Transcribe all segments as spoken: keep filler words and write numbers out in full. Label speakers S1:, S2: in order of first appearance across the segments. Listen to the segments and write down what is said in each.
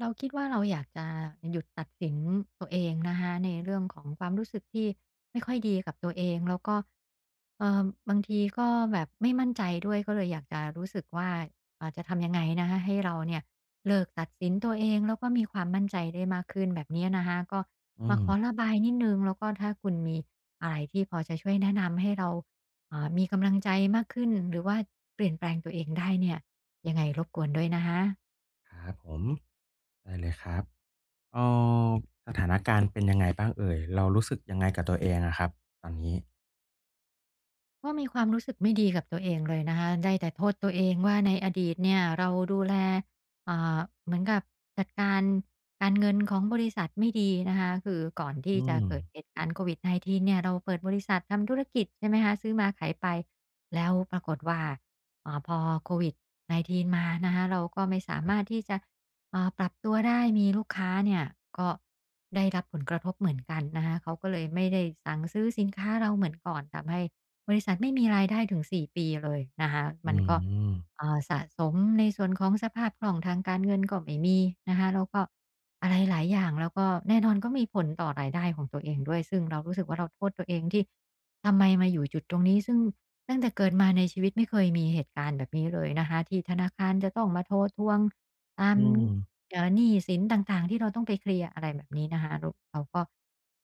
S1: เราคิดว่าเราอยากจะหยุดตัดสินตัวเองนะคะในเรื่องของความรู้สึกที่ไม่ค่อยดีกับตัวเองแล้วก็เอ่อบางทีก็แบบไม่มั่นใจด้วยก็เลยอยากจะรู้สึกว่าอ่าจะทำยังไงนะคะให้เราเนี่ยเลิกตัดสินตัวเองแล้วก็มีความมั่นใจได้มากขึ้นแบบเนี้ยนะคะก็
S2: อื
S1: มา
S2: ม
S1: ขอระบายนิดหนึ่งแล้วก็ถ้าคุณมีอะไรที่พอจะช่วยแนะนำให้เราอ่ามีกำลังใจมากขึ้นหรือว่าเปลี่ยนแปลงตัวเองได้เนี่ยยังไงรบกวนด้วยนะคะ
S2: ครับผมได้เลยครับเอ่อสถานการณ์เป็นยังไงบ้างเอ่ยเรารู้สึกยังไงกับตัวเองอะครับตอนนี้
S1: ก็มีความรู้สึกไม่ดีกับตัวเองเลยนะคะได้แต่โทษตัวเองว่าในอดีตเนี่ยเราดูแลอ่าเหมือนกับจัดการการเงินของบริษัทไม่ดีนะคะคือก่อนที่
S2: อื
S1: จะ
S2: ม
S1: เกิดเหตุการณ์โควิด สิบเก้า เก้าเนี่ยเราเปิดบริษัททำธุรกิจใช่ไหมคะซื้อมาขายไปแล้วปรากฏว่าอ่าพอโควิด สิบเก้า มานะคะเราก็ไม่สามารถที่จะอ่าปรับตัวได้มีลูกค้าเนี่ยก็ได้รับผลกระทบเหมือนกันนะคะเขาก็เลยไม่ได้สั่งซื้อสินค้าเราเหมือนก่อนทำให้ บริษัทไม่มีรายได้ถึงสี่ปีเลยนะคะ
S2: อื
S1: มันก็
S2: ม
S1: อ่าสะสมในส่วนของสภาพคล่องทางการเงินก็ไม่มีนะคะแล้วก็อะไรหลายอย่างแล้วก็แน่นอนก็มีผลต่อรายได้ของตัวเองด้วยซึ่งเรารู้สึกว่าเราโทษตัวเองที่ทำไมมาอยู่จุดตรงนี้ซึ่งตั้งแต่เกิดมาในชีวิตไม่เคยมีเหตุการณ์แบบนี้เลยนะคะที่ธนาคารจะต้องมาโทรทวง ตาม
S2: อืม
S1: เอ่อหนี้สินต่างๆที่เราต้องไปเคลียร์อะไรแบบนี้นะคะรเราก็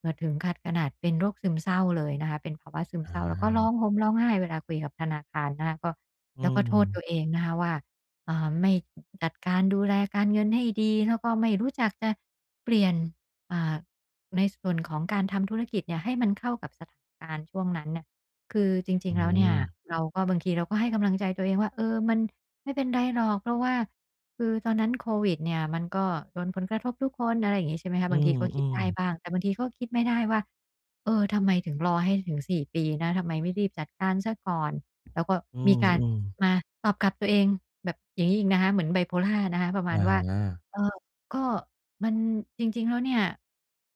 S1: เอ่อถึงขัดขนาดเป็นโรคซึมเศร้าเลยนะคะเป็นภาวะซึมเศร้าแล้ว
S2: อา
S1: ก็ร้องห่มร้องไห้เวลาคุยกับธนาคารนะคะก็
S2: อื
S1: แล้วก็โท
S2: ม
S1: ษตัวเองนะคะว่าอ่าไม่จัดการดูแลการเงินให้ดีแล้วก็ไม่รู้จักจะเปลี่ยนอ่าในส่วนของการทำธุรกิจเนี่ยให้มันเข้ากับสถานการณ์ช่วงนั้นเนี่ยคือจริง
S2: อื
S1: ๆแล้วเนี่ย
S2: ม
S1: เราก็บางทีเราก็ให้กำลังใจตัวเองว่าเออมันไม่เป็นไรหรอกเพราะว่า คือตอนนั้นโควิดเนี่ยมันก็โดนผลกระทบทุกคนอะไรอย่างงี้ใช่ไหมคะ
S2: อื
S1: บางที
S2: ม
S1: ก็คิ
S2: อื
S1: ดได้บ้างแต่บางทีก็คิดไม่ได้ว่าเออทำไมถึงรอให้ถึงสี่ปีนะทำไมไม่รีบจัดการเสียก่อนแล้วก็
S2: ม
S1: มีการ
S2: อืม
S1: มาตอบกลับตัวเองแบบอย่างงี้อีกนะคะเหมือน bipolar นะคะประ
S2: ๆ
S1: มาณ
S2: อา
S1: ว่าเอ่อก็มันจริงๆแล้วเนี่ย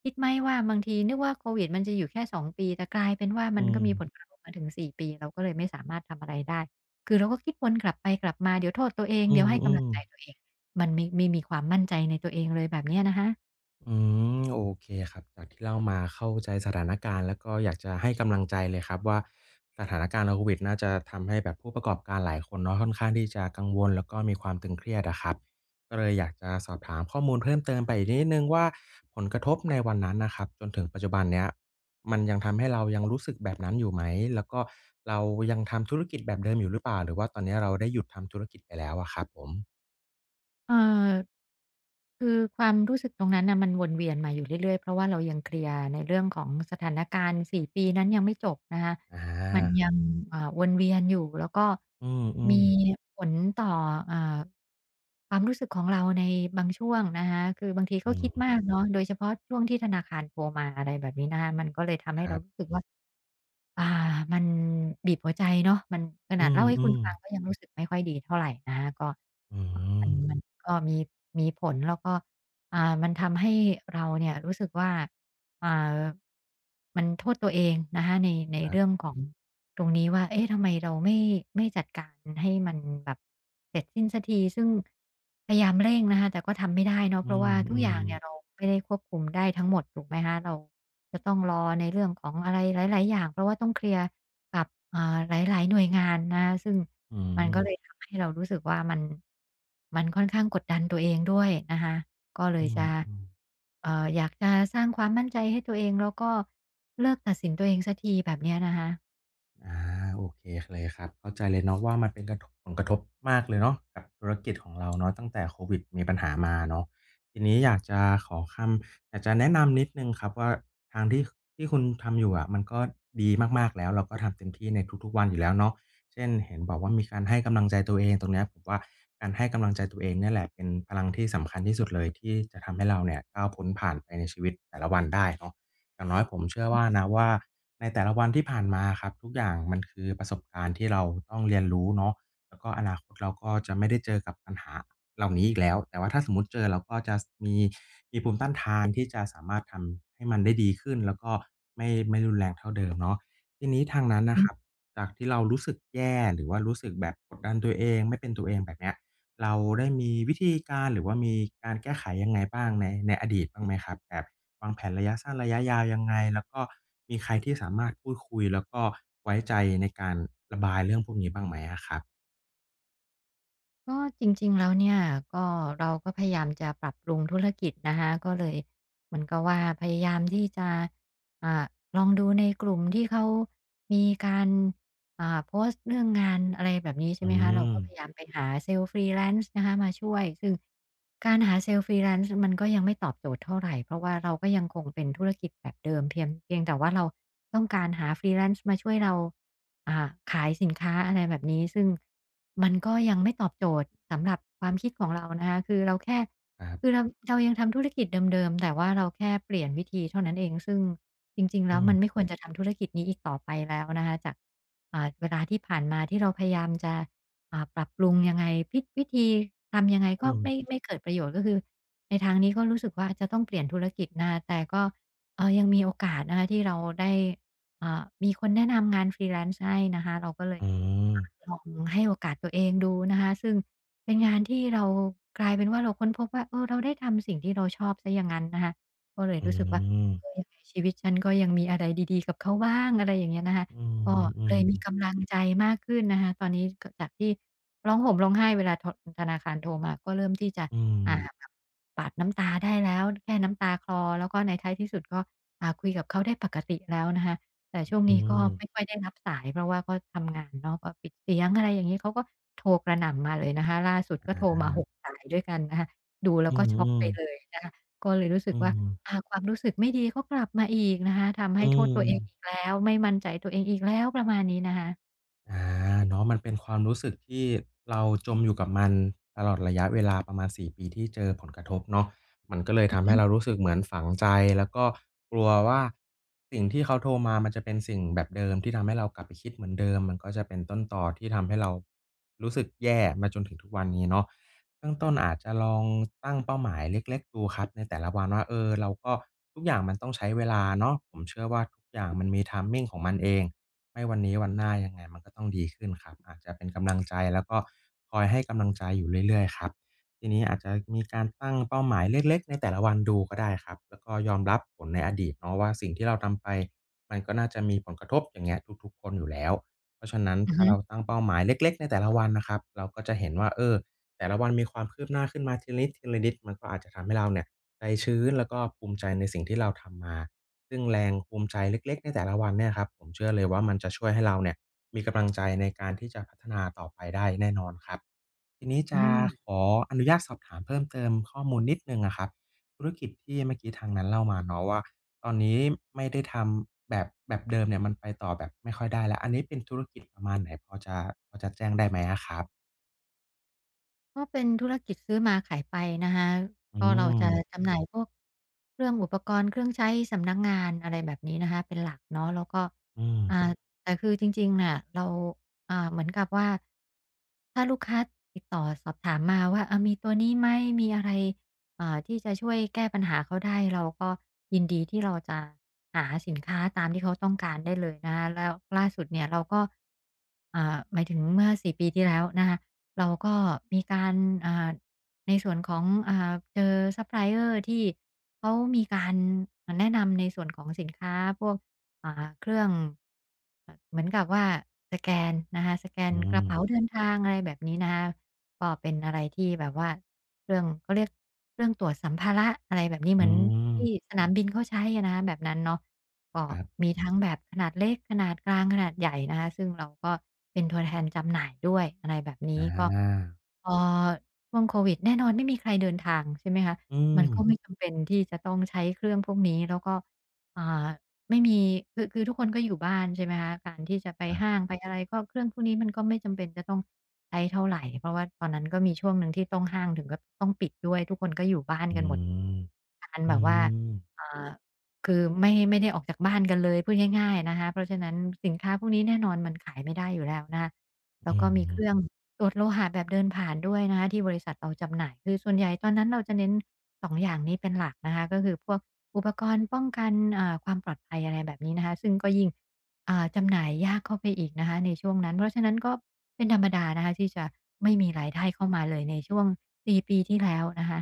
S1: คิดไหมว่าบางทีนึกว่าโควิดมันจะอยู่แค่สองปีแต่กลายเป็นว่ามัน
S2: อื
S1: ก็
S2: ม
S1: มีผลกระทบมาถึงสี่ปีเราก็เลยไม่สามารถทำอะไรได้ คือเราก็คิดวนกลับไปกลับมาเดี๋ยวโทษตัวเอง
S2: อื
S1: เดี๋ยว
S2: ม
S1: ให้
S2: อื
S1: กำลั
S2: ม
S1: งใจตัวเองมันไม่ไม่มีความมั่นใจในตัวเองเลยแบบเนี้ยนะคะ
S2: อืมโอเคครับจากที่เล่ามาเข้าใจสถานการณ์แล้วก็อยากจะให้กำลังใจเลยครับว่าสถานการณ์โควิดน่าจะทำให้แบบผู้ประกอบการหลายคนเนาะค่อนข้างที่จะกังวลแล้วก็มีความตึงเครียดอะครับก็เลยอยากจะสอบถามข้อมูลเพิ่มเติมไปอีกนิดหนึ่งว่าผลกระทบในวันนั้นน่ะครับจนถึงปัจจุบันเนี้ยมันยังทำให้เรายังรู้สึกแบบนั้นอยู่ไหมแล้วก็เรายังทำธุรกิจแบบเดิมอยู่หรือเปล่าหรือว่าตอนนี้เราได้หยุดทำธุรกิจไปแล้วอะครับผม
S1: เอ่อคือความรู้สึกตรงนั้นน่ะมันวนเวียนมาอยู่เรื่อยๆเพราะว่าเรายังเคลียร์ในเรื่องของสถานการณ์สี่ปีนั้นยังไม่จบนะคะ
S2: อ
S1: มันยั
S2: า
S1: งเอ่อวนเวียนอยู่แล้วก็
S2: อืม
S1: มี
S2: ๆ
S1: ผลต่ออ่าความรู้สึกของเราในบางช่วงนะคะคือบางทีก็
S2: อื
S1: คิ
S2: ม
S1: ดมากเนาะโดยเฉพาะช่วงที่ธนาคารโทรมาอะไรแบบนี้นะคะมันก็เลยทำ
S2: ค
S1: ให้เรา
S2: รั
S1: รู้
S2: บ
S1: สึกว่า อ่ามันบีบหัวใจเนาะมันข
S2: อื
S1: นาดเล่าให้คุณ
S2: ม
S1: ฟังก็
S2: ๆ
S1: ยังรู้สึกไม่ค่อยดีเท่าไรนะคะก็
S2: อื
S1: อ่ามั
S2: ม
S1: นมันก็มีมีผลแล้วก็อ่ามันทำให้เราเนี่ยรู้สึกว่า อ่ามันโทษตัวเองนะคะในใน
S2: ครั
S1: เรื่อง
S2: บ
S1: ของตรงนี้ว่าเอ๊ะทำไมเราไม่ไม่จัดการให้มันแบบเสร็จสิ้นสักทีซึ่งพยายามเร่งนะคะแต่ก็ทำไม่ได้เนาะ
S2: อื
S1: เพราะว่าทุกอ
S2: ม
S1: ย่างเนี่ย
S2: ๆ
S1: เราไม่ได้ควบคุมได้ทั้งหมดถูกไหมคะเราจะต้องรอในเรื่องของอะไรหลายๆอย่างเพราะว่าต้องเคลียร์ กับอ่าหลายๆหน่วยงานนะซึ่ง
S2: อื
S1: มันก็เลย
S2: ม
S1: ทำให้เรารู้สึกว่ามันมันค่อนข้างกดดันตัวเองด้วยนะคะก็เล
S2: อื
S1: ยจะ
S2: มๆ
S1: เอ่ออยากจะสร้างความมั่นใจให้ตัวเองแล้วก็เลิกตัดสินตัวเองสักทีแบบเนี้ยนะคะ
S2: อาโอเคเลยครับเข้าใจเลยเนาะว่ามันเป็นกระทบผลกระทบมากเลยเนาะกับธุรกิจของเราเนาะตั้งแต่โควิดมีปัญหามาเนาะทีนี้อยากจะขอคำอยากจะแนะนำนิดนึงครับว่าทางที่ที่คุณทำอยู่อะมันก็ดีมากๆแล้วเราก็ทำเต็มที่ในทุกๆวันอยู่แล้วเนาะเช่นเห็นบอกว่ามีการให้กำลังใจตัวเองตรงเนี้ยผมว่าการให้กำลังใจตัวเองเนี่ยแหละเป็นพลังที่สำคัญที่สุดเลยที่จะทำให้เราเนี่ยก้าวพ้นผ่านไปในชีวิตแต่ละวันได้เนาะอย่างน้อยผมเชื่อว่านะว่า ในแต่ละวันที่ผ่านมาครับทุกอย่างมันคือประสบการณ์ที่เราต้องเรียนรู้เนาะแล้วก็อนาคตเราก็จะไม่ได้เจอกับปัญหาเหล่านี้อีกแล้วแต่ว่าถ้าสมมุติเจอเราก็จะสมีมีภูมิต้านทานที่จะสามารถทำให้มันได้ดีขึ้นแล้วก็ไม่ไม่รุนแรงเท่าเดิมเนาะทีนี้ทางนั้นน่ะครับจากที่เรารู้สึกแย่หรือว่ารู้สึกแบบกดดันตัวเองไม่เป็นตัวเองแบบเนี้ยเราได้มีวิธีการหรือว่ามีการแก้ไขยังไงบ้างในในอดีตบ้างไหมครับแบบ วางแผนระยะสั้นระยะยาวยังไงแล้วก็มีใครที่สามารถพูดคุยแล้วก็ไว้ใจในการระบายเรื่องพวกนี้บ้างไหมอะครับ
S1: ก็จริงๆแล้วเนี่ยก็เราก็พยายามจะปรับปรุงธุรกิจนะคะก็เลยเหมือนกับว่าพยายามที่จะอ่าลองดูในกลุ่มที่เขามีการอ่าโพสต์เรื่องงานอะไรแบบนี้ใช่
S2: อื
S1: ไหมคะเราก็
S2: ม
S1: พยายามไปหาเซลล์ Freelance นะคะมาช่วยซึ่งการหาเซลล์ Freelance มันก็ยังไม่ตอบโจทย์เท่าไรเพราะว่าเราก็ยังคงเป็นธุรกิจแบบเดิมเพียงเพียงแต่ว่าเราต้องการหา Freelance มาช่วยเราอ่าขายสินค้าอะไรแบบนี้ซึ่ง มันก็ยังไม่ตอบโจทย์สำหรับความคิดของเรานะคะ คือเราแค่
S2: ครั
S1: คือ
S2: บ
S1: เราเรายังทำธุรกิจเดิมๆแต่ว่าเราแค่เปลี่ยนวิธีเท่านั้นเองซึ่งจริงๆ
S2: อื
S1: แล้วมั
S2: ม
S1: นไม่ควรจะทำธุรกิจนี้อีกต่อไปแล้วนะคะจากอ่าเวลาที่ผ่านมาที่เราพยายามจะอ่าปรับปรุงยังไงพิวิธีทำยังไงก็
S2: อืม
S1: ไม่ไม่เกิดประโยชน์ก็คือในทางนี้ก็รู้สึกว่าจะต้องเปลี่ยนธุรกิจนะคะแต่ก็เอ่อยังมีโอกาสนะคะที่เราได้ อ่ามีคนแนะนำงาน freelance ให้นะคะเราก็เลย
S2: อืม
S1: อาลองให้โอกาสตัวเองดูนะคะซึ่งเป็นงานที่เรากลายเป็นว่าเราค้นพบว่าเออเราได้ทำสิ่งที่เราชอบเสียอย่างงั้นนะคะก็เลย
S2: อื
S1: รู้สึกว่า
S2: ม
S1: เออยังไงชีวิตฉันก็ยังมีอะไรดีๆกับเขาบ้างอะไรอย่างเงี้ยนะคะ
S2: อืม
S1: ก็
S2: อื
S1: เล
S2: ม
S1: ยมีกำลังใจมากขึ้นนะคะตอนนี้กจากที่ร้องห่มร้องไห้เวลาทธนาคารโทรมาก็เริ่มที่จะ
S2: อืม
S1: อ่าแบบปาดน้ำตาได้แล้วแค่น้ำตาคลอแล้วก็ในท้ายที่สุดก็อ่าคุยกับเขาได้ปกติแล้วนะคะ แต่ช่วง
S2: อื
S1: นี้ก็ไม่ค่อ
S2: ม
S1: ยได้รับสายเพราะว่าก็ทำงานเนาะก็ปิดเสียงอะไรอย่างงี้เขาก็โทรกระหน่ำมาเลยนะคะล่าสุดก็โทร
S2: อา
S1: มาหกสายด้วยกันนะคะดูแล้ว
S2: อื
S1: ก็ช็อกไป
S2: มๆ
S1: เลยนะคะก็เลยรู้สึก
S2: อื
S1: ว่า
S2: ม
S1: อ่าความรู้สึกไม่ดีก็กลับมาอีกนะคะทำ
S2: อื
S1: ให้โทษตัวเองอีก
S2: ม
S1: แล้วไม่มั่นใจตัวเองอีกแล้วประมาณนี้นะคะ
S2: อาเนาะมันเป็นความรู้สึกที่เราจมอยู่กับมันตลอดระยะเวลาประมาณสี่ปีที่เจอผลกระทบเนาะมันก็เลย
S1: อือ
S2: ทำ
S1: ฮึ
S2: ให้เรารู้สึกเหมือนฝังใจแล้วก็กลัวว่าสิ่งที่เขาโทรมามันจะเป็นสิ่งแบบเดิมที่ทำให้เรากลับไปคิดเหมือนเดิมมันก็จะเป็นต้นตอที่ทำให้เรารู้สึกแย่มาจนถึงทุกวันนี้เนาะเบื้องต้นอาจจะลองตั้งเป้าหมายเล็กๆดูครับในแต่ละวันว่าเออเราก็ทุกอย่างมันต้องใช้เวลาเนาะผมเชื่อว่าทุกอย่างมันมี timing ของมันเอง ไม่วันนี้วันหน้ายังไงมันก็ต้องดีขึ้นครับอาจจะเป็นกำลังใจแล้วก็คอยให้กำลังใจอยู่เรื่อยๆครับทีนี้อาจจะมีการตั้งเป้าหมายเล็กๆในแต่ละวันดูก็ได้ครับแล้วก็ยอมรับผลในอดีตเนาะว่าสิ่งที่เราทำไปมันก็น่าจะมีผลกระทบอย่างเงี้ยทุกๆคนอยู่แล้วเพราะฉะนั้น
S1: อือ
S2: ถ้า
S1: ฮึ
S2: เราตั้งเป้าหมายเล็กๆในแต่ละวันนะครับเราก็จะเห็นว่าเออแต่ละวันมีความคืบหน้าขึ้นมาทีละนิดๆมันก็อาจจะทำให้เราเนี่ยใจชื้นแล้วก็ภูมิใจในสิ่งที่เราทำมา ซึ่งแรงภูมิใจเล็กๆในแต่ละวันเนี่ยครับผมเชื่อเลยว่ามันจะช่วยให้เราเนี่ยมีกำลังใจในการที่จะพัฒนาต่อไปได้แน่นอนครับทีนี้จะ
S1: อา
S2: ขออนุญาตสอบถามเพิ่มเติมข้อมูลนิดหนึ่งอะครับธุรกิจที่เมื่อกี้ทางนั้นเล่ามาเนาะว่าตอนนี้ไม่ได้ทำแบบแบบเดิมเนี่ยมันไปต่อแบบไม่ค่อยได้แล้วอันนี้เป็นธุรกิจประมาณไหนพอจะพอจะแจ้งได้ไหมอะครับ
S1: ก็เป็นธุรกิจซื้อมาขายไปนะคะ
S2: อื
S1: ก็เราจะ
S2: ม
S1: จำหน่ายพวกเครื่องอุปกรณ์เครื่องใช้สำนักงานอะไรแบบนี้นะคะเป็นหลักเนาะแล้วก็
S2: อื
S1: อ่า
S2: ม
S1: แต่คือจริงๆน่ะเราอ่าเหมือนกับว่าถ้าลูกค้าติดต่อสอบถามมาว่าเออมีตัวนี้ไหมมีอะไร อ่าที่จะช่วยแก้ปัญหาเขาได้เราก็ยินดีที่เราจะหาสินค้าตามที่เขาต้องการได้เลยนะคะแล้วล่าสุดเนี่ยเราก็อ่าหมายถึงเมื่อสี่ปีที่แล้วนะคะเราก็มีการอ่าในส่วนของอ่าเจอซัปพลายเออร์ที่เขามีการแนะนำในส่วนของสินค้าพวกอ่าเครื่องเอ่อเหมือนกับว่าสแกนนะคะสแกน
S2: อื
S1: ก
S2: ม
S1: ระเป๋าเดินทางอะไรแบบนี้นะคะก็เป็นอะไรที่แบบว่า เครื่องเขาเรียกเครื่องตรวจสัมภาระอะไรแบบนี้เหมือ
S2: อื
S1: น
S2: ม
S1: ที่สนามบินเขาใช้อะนะคะแบบนั้นเนาะก็
S2: ครับ
S1: มีทั้งแบบขนาดเล็กขนาดกลางขนาดใหญ่นะคะซึ่งเราก็เป็นตัวแทนจำหน่ายด้วยอะไรแบบ
S2: อ
S1: นี้ก็
S2: า
S1: พอช่วงโควิดแน่นอนไม่มีใครเดินทางใช่ไหมคะ
S2: อืม
S1: มันก็ไม่จำเป็นที่จะต้องใช้เครื่องพวกนี้แล้วก็อ่าไม่มีคือคือทุกคนก็อยู่บ้านใช่ไหมคะการที่จะไป
S2: ครั
S1: ห้าง
S2: บ
S1: ไปอะไรก็เครื่องพวกนี้มันก็ไม่จำเป็นจะต้อง ใช้เท่าไรเพราะว่าตอนนั้นก็มีช่วงหนึ่งที่ต้องห้างถึงกับต้องปิดด้วยทุกคนก็อยู่บ้าน
S2: อื
S1: กันหมด
S2: ม
S1: การ
S2: อื
S1: แบบว่า
S2: ม
S1: อ่าคือไม่ไม่ได้ออกจากบ้านกันเลยพูดง่ายๆนะคะเพราะฉะนั้นสินค้าพวกนี้แน่นอนมันขายไม่ได้อยู่แล้วนะคะแล้ว
S2: อื
S1: ก็มีเค
S2: ม
S1: รื่องตรวจโลหะแบบเดินผ่านด้วยนะคะที่บริษัทเราจำหน่ายคือส่วนใหญ่ตอนนั้นเราจะเน้นสององอย่างนี้เป็นหลักนะคะก็คือพวกอุปกรณ์ป้องกันอ่าความปลอดภัยอะไรแบบนี้นะคะซึ่งก็ยิ่ง อ่าจำหน่ายยากเข้าไปอีกนะคะในช่วงนั้นเพราะฉะนั้นก็เป็นธรรมดานะคะที่จะไม่มีรายได้เข้ามาเลยในช่วงสี่ปีที่แล้วนะคะ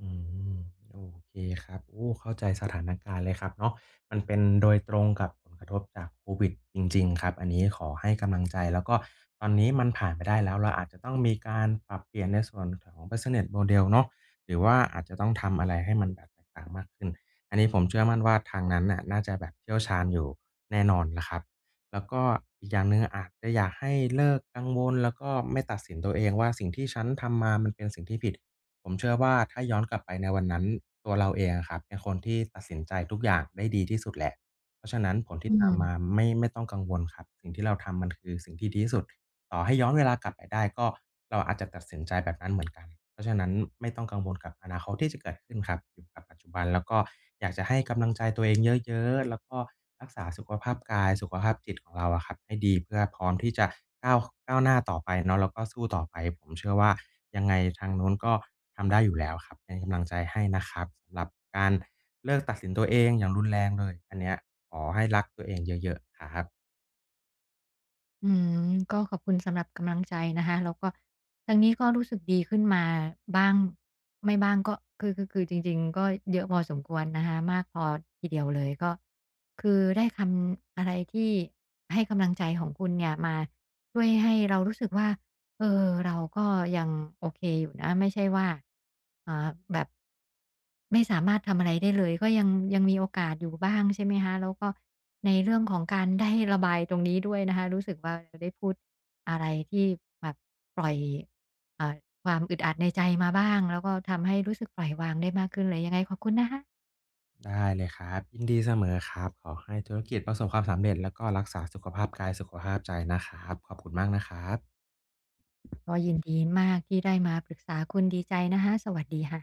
S2: อืมโอเคครับโอ้เข้าใจสถานการณ์เลยครับเนาะมันเป็นโดยตรงกับผลกระทบจากโควิดจริงๆครับอันนี้ขอให้กำลังใจแล้วก็ตอนนี้มันผ่านไปได้แล้วเราอาจจะต้องมีการปรับเปลี่ยนในส่วนของ Business Model เนาะหรือว่าอาจจะต้องทำอะไรให้มันแบบแตกต่างมากขึ้นอันนี้ผมเชื่อมั่นว่าทางนั้นน่ะน่าจะแบบเชี่ยวชาญอยู่แน่นอนแหละครับแล้วก็อีกอย่างหนึ่งอาจจะอยากให้เลิกกังวลแล้วก็ไม่ตัดสินตัวเองว่าสิ่งที่ฉันทำมามันเป็นสิ่งที่ผิด ผมเชื่อว่าถ้าย้อนกลับไปในวันนั้นตัวเราเองอะครับเป็นคนที่ตัดสินใจทุกอย่างได้ดีที่สุดแหละเพราะฉะนั้นผล
S1: อื
S2: ที่ตามมา
S1: ม
S2: ไม่ไม่ต้องกังวลครับสิ่งที่เราทำมันคือสิ่งที่ดีที่สุด ต่อให้ย้อนเวลากลับไปได้ก็เราอาจจะตัดสินใจแบบนั้นเหมือนกันเพราะฉะนั้นไม่ต้องกังวลกับอนาคตที่จะเกิดขึ้นครับอยู่กับปัจจุบันแล้วก็อยากจะให้กำลังใจตัวเองเยอะๆแล้วก็รักษาสุขภาพกายสุขภาพจิตของเราอะครับให้ดีเพื่อพร้อมที่จะก้าวก้าวหน้าต่อไปเนาะแล้วก็สู้ต่อไปผมเชื่อว่ายังไงทางนู้นก็ทำได้อยู่แล้วครับเป็นกำลังใจให้นะครับสำหรับการเลิกตัดสินตัวเองอย่างรุนแรงเลยอันเนี้ยขอให้รักตัวเองเยอะๆครับ
S1: อืมก็ขอบคุณสำหรับกำลังใจนะคะแล้วก็ทางนี้ก็รู้สึกดีขึ้นมาบ้างไม่บ้างก็คือคือคือจริงๆก็เยอะพอสมควรนะคะมากพอทีเดียวเลยก็คือได้คำอะไรที่ให้กำลังใจของคุณเนี่ยมาช่วยให้เรารู้สึกว่าเออเราก็ยังโอเคอยู่นะไม่ใช่ว่าอ่าแบบ ไม่สามารถทำอะไรได้เลยก็ยังยังมีโอกาสอยู่บ้างใช่ไหมคะแล้วก็ในเรื่องของการได้ระบายตรงนี้ด้วยนะคะรู้สึกว่าเราได้พูดอะไรที่แบบปล่อยเอ่อความอึดอัดในใจมาบ้างแล้วก็ทำให้รู้สึกปล่อยวางได้มากขึ้นเลยยังไงขอบคุณนะคะ
S2: ได้เลยครับยินดีเสมอครับขอให้ธุรกิจประสบความสำเร็จแล้วก็รักษาสุขภาพกายสุขภาพใจนะครับขอบคุณมากนะครับ
S1: ก็ยินดีมากที่ได้มาปรึกษาคุณดีใจนะคะสวัสดีค่ะ